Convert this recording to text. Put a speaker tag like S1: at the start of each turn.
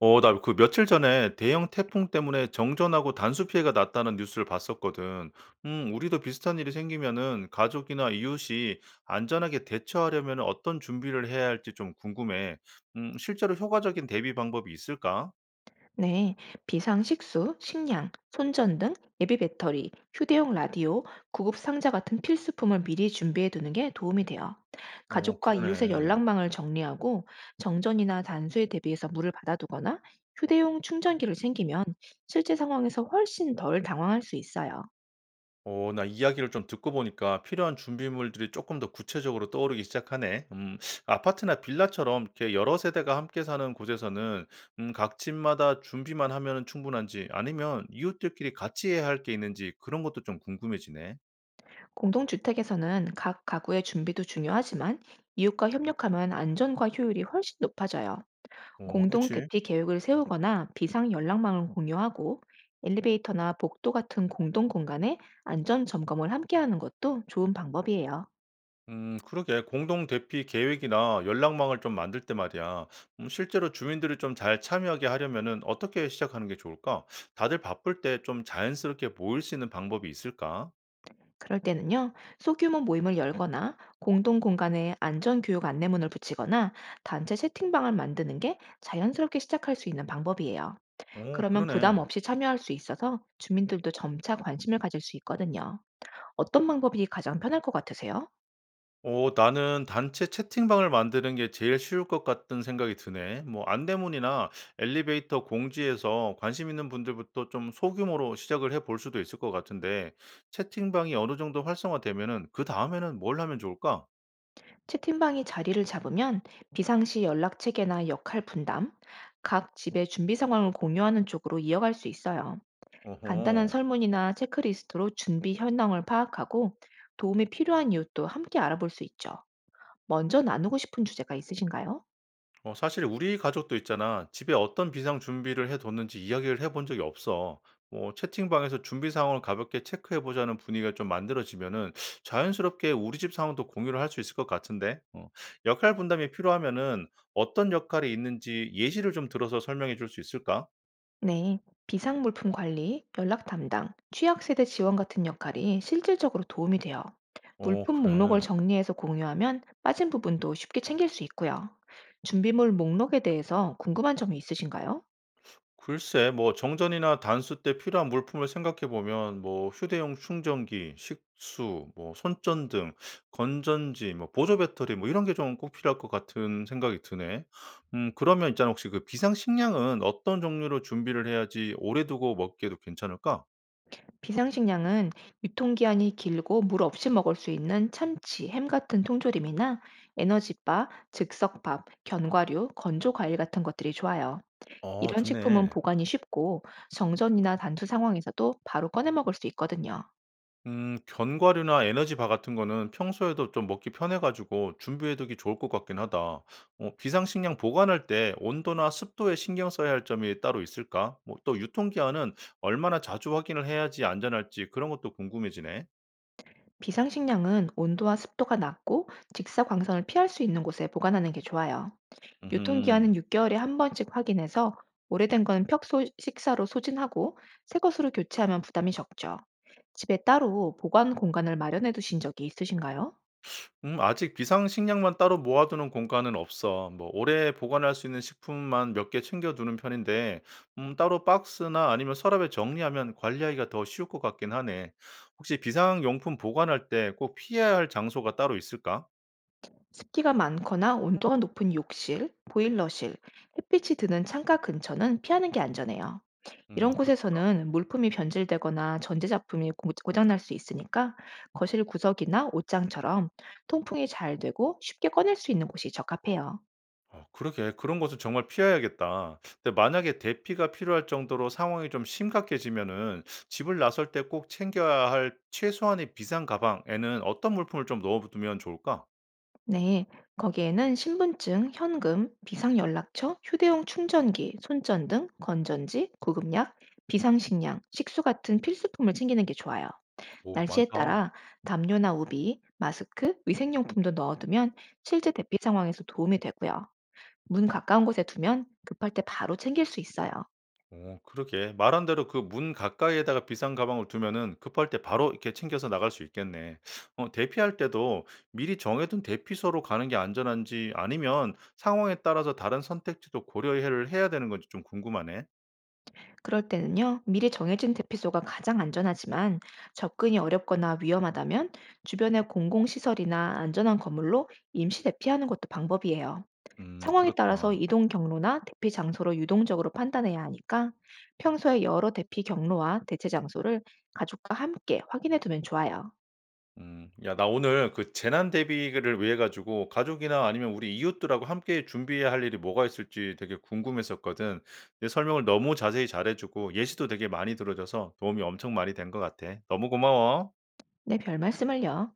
S1: 나 그 며칠 전에 대형 태풍 때문에 정전하고 단수 피해가 났다는 뉴스를 봤었거든. 우리도 비슷한 일이 생기면은 가족이나 이웃이 안전하게 대처하려면 어떤 준비를 해야 할지 좀 궁금해. 실제로 효과적인 대비 방법이 있을까?
S2: 네, 비상식수, 식량, 손전등, 예비 배터리, 휴대용 라디오, 구급 상자 같은 필수품을 미리 준비해 두는 게 도움이 돼요.
S1: 어,
S2: 가족과 이웃의
S1: 그러네.
S2: 연락망을 정리하고 정전이나 단수에 대비해서 물을 받아두거나 휴대용 충전기를 챙기면 실제 상황에서 훨씬 덜 당황할 수 있어요.
S1: 나 이야기를 좀 듣고 보니까 필요한 준비물들이 조금 더 구체적으로 떠오르기 시작하네. 아파트나 빌라처럼 이렇게 여러 세대가 함께 사는 곳에서는 각 집마다 준비만 하면 충분한지 아니면 이웃들끼리 같이 해야 할 게 있는지 그런 것도 좀 궁금해지네.
S2: 공동주택에서는 각 가구의 준비도 중요하지만 이웃과 협력하면 안전과 효율이 훨씬 높아져요.
S1: 어,
S2: 공동
S1: 그치?
S2: 대피 계획을 세우거나 비상 연락망을 공유하고 엘리베이터나 복도 같은 공동 공간에 안전 점검을 함께 하는 것도 좋은 방법이에요.
S1: 그러게. 공동 대피 계획이나 연락망을 좀 만들 때 말이야. 실제로 주민들이 좀 잘 참여하게 하려면은 어떻게 시작하는 게 좋을까? 다들 바쁠 때 좀 자연스럽게 모일 수 있는 방법이 있을까?
S2: 그럴 때는요, 소규모 모임을 열거나 공동 공간에 안전 교육 안내문을 붙이거나 단체 채팅방을 만드는 게 자연스럽게 시작할 수 있는 방법이에요.
S1: 오,
S2: 그러면 부담
S1: 그러네.
S2: 없이 참여할 수 있어서 주민들도 점차 관심을 가질 수 있거든요. 어떤 방법이 가장 편할 것 같으세요?
S1: 어, 나는 '단체 채팅방을 만드는 게 제일 쉬울 것 같은 생각이 드네. 뭐 안내문이나 엘리베이터 공지에서 관심 있는 분들부터 좀 소규모로 시작을 해볼 수도 있을 것 같은데, 채팅방이 어느 정도 활성화되면은 그다음에는 뭘 하면 좋을까?
S2: 채팅방이 자리를 잡으면 비상시 연락 체계나 역할 분담, 각 집의 준비 상황을 공유하는 쪽으로 이어갈 수 있어요. 간단한
S1: 어허.
S2: 설문이나 체크리스트로 준비 현황을 파악하고 도움이 필요한 이웃도 함께 알아볼 수 있죠. 먼저 나누고 싶은 주제가 있으신가요?
S1: 어, 사실 우리 가족도 있잖아. 집에 어떤 비상 준비를 해뒀는지 이야기를 해본 적이 없어. 뭐, 채팅방에서 준비 상황을 가볍게 체크해보자는 분위기가 좀 만들어지면은 자연스럽게 우리 집 상황도 공유를 할 수 있을 것 같은데, 어, 역할 분담이 필요하면은 어떤 역할이 있는지 예시를 좀 들어서 설명해 줄 수 있을까?
S2: 네, 비상물품 관리, 연락 담당, 취약세대 지원 같은 역할이 실질적으로 도움이 돼요.
S1: 어,
S2: 물품 목록을
S1: 그래.
S2: 정리해서 공유하면 빠진 부분도 쉽게 챙길 수 있고요. 준비물 목록에 대해서 궁금한 점이 있으신가요?
S1: 글쎄 뭐 정전이나 단수 때 필요한 물품을 생각해 보면 뭐 휴대용 충전기, 식수, 뭐 손전등, 건전지, 뭐 보조 배터리 뭐 이런 게 좀 꼭 필요할 것 같은 생각이 드네. 음, 그러면 있잖아, 혹시 그 비상 식량은 어떤 종류로 준비를 해야지 오래 두고 먹기에도 괜찮을까?
S2: 비상식량은 유통기한이 길고 물 없이 먹을 수 있는 참치, 햄 같은 통조림이나 에너지바, 즉석밥, 견과류, 건조 과일 같은 것들이 좋아요.
S1: 어,
S2: 이런 식품은
S1: 좋네.
S2: 보관이 쉽고 정전이나 단수 상황에서도 바로 꺼내 먹을 수 있거든요.
S1: 음, 견과류나 에너지바 같은 거는 평소에도 좀 먹기 편해 가지고 준비해 두기 좋을 것 같긴 하다. 어, 비상식량 보관할 때 온도나 습도에 신경 써야 할 점이 따로 있을까? 뭐 또 유통기한은 얼마나 자주 확인을 해야지 안전할지 그런 것도 궁금해지네.
S2: 비상식량은 온도와 습도가 낮고 직사광선을 피할 수 있는 곳에 보관하는 게 좋아요.
S1: 음
S2: 유통기한은 6개월에 한 번씩 확인해서 오래된 건 벽소 식사로 소진하고 새 것으로 교체하면 부담이 적죠. 집에 따로 보관 공간을 마련해 두신 적이 있으신가요?
S1: 음, 아직 비상식량만 따로 모아두는 공간은 없어. 뭐 오래 보관할 수 있는 식품만 몇 개 챙겨두는 편인데, 음, 따로 박스나 아니면 서랍에 정리하면 관리하기가 더 쉬울 것 같긴 하네. 혹시 비상용품 보관할 때 꼭 피해야 할 장소가 따로 있을까?
S2: 습기가 많거나 온도가 높은 욕실, 보일러실, 햇빛이 드는 창가 근처는 피하는 게 안전해요. 이런
S1: 그렇겠다.
S2: 곳에서는 물품이 변질되거나 전자제품이 고장날 수 있으니까 거실 구석이나 옷장처럼 통풍이 잘 되고 쉽게 꺼낼 수 있는 곳이 적합해요.
S1: 어, 그러게. 그런 것은 정말 피해야겠다. 근데 만약에 대피가 필요할 정도로 상황이 좀 심각해지면은 집을 나설 때 꼭 챙겨야 할 최소한의 비상 가방에는 어떤 물품을 좀 넣어두면 좋을까?
S2: 네, 거기에는 신분증, 현금, 비상연락처, 휴대용 충전기, 손전등, 건전지, 구급약, 비상식량, 식수 같은 필수품을 챙기는 게 좋아요.
S1: 오,
S2: 날씨에
S1: 많다.
S2: 따라 담요나 우비, 마스크, 위생용품도 넣어두면 실제 대피 상황에서 도움이 되고요. 문 가까운 곳에 두면 급할 때 바로 챙길 수 있어요.
S1: 어, 그러게. 말한 대로 그 문 가까이에다가 비상 가방을 두면은 급할 때 바로 이렇게 챙겨서 나갈 수 있겠네. 어, 대피할 때도 미리 정해둔 대피소로 가는 게 안전한지 아니면 상황에 따라서 다른 선택지도 고려를 해야 되는 건지 좀 궁금하네.
S2: 그럴 때는요, 미리 정해진 대피소가 가장 안전하지만 접근이 어렵거나 위험하다면 주변의 공공시설이나 안전한 건물로 임시 대피하는 것도 방법이에요.
S1: 음,
S2: 상황에
S1: 그렇다.
S2: 따라서 이동 경로나 대피 장소로 유동적으로 판단해야 하니까 평소에 여러 대피 경로와 대체 장소를 가족과 함께 확인해 두면 좋아요.
S1: 음. 야, 나 오늘 그 재난 대비를 위해 가지고 가족이나 아니면 우리 이웃들하고 함께 준비해야 할 일이 뭐가 있을지 되게 궁금했었거든. 내 설명을 너무 자세히 잘해 주고 예시도 되게 많이 들어 줘서 도움이 엄청 많이 된 것 같아. 너무 고마워.
S2: 네, 별 말씀을요.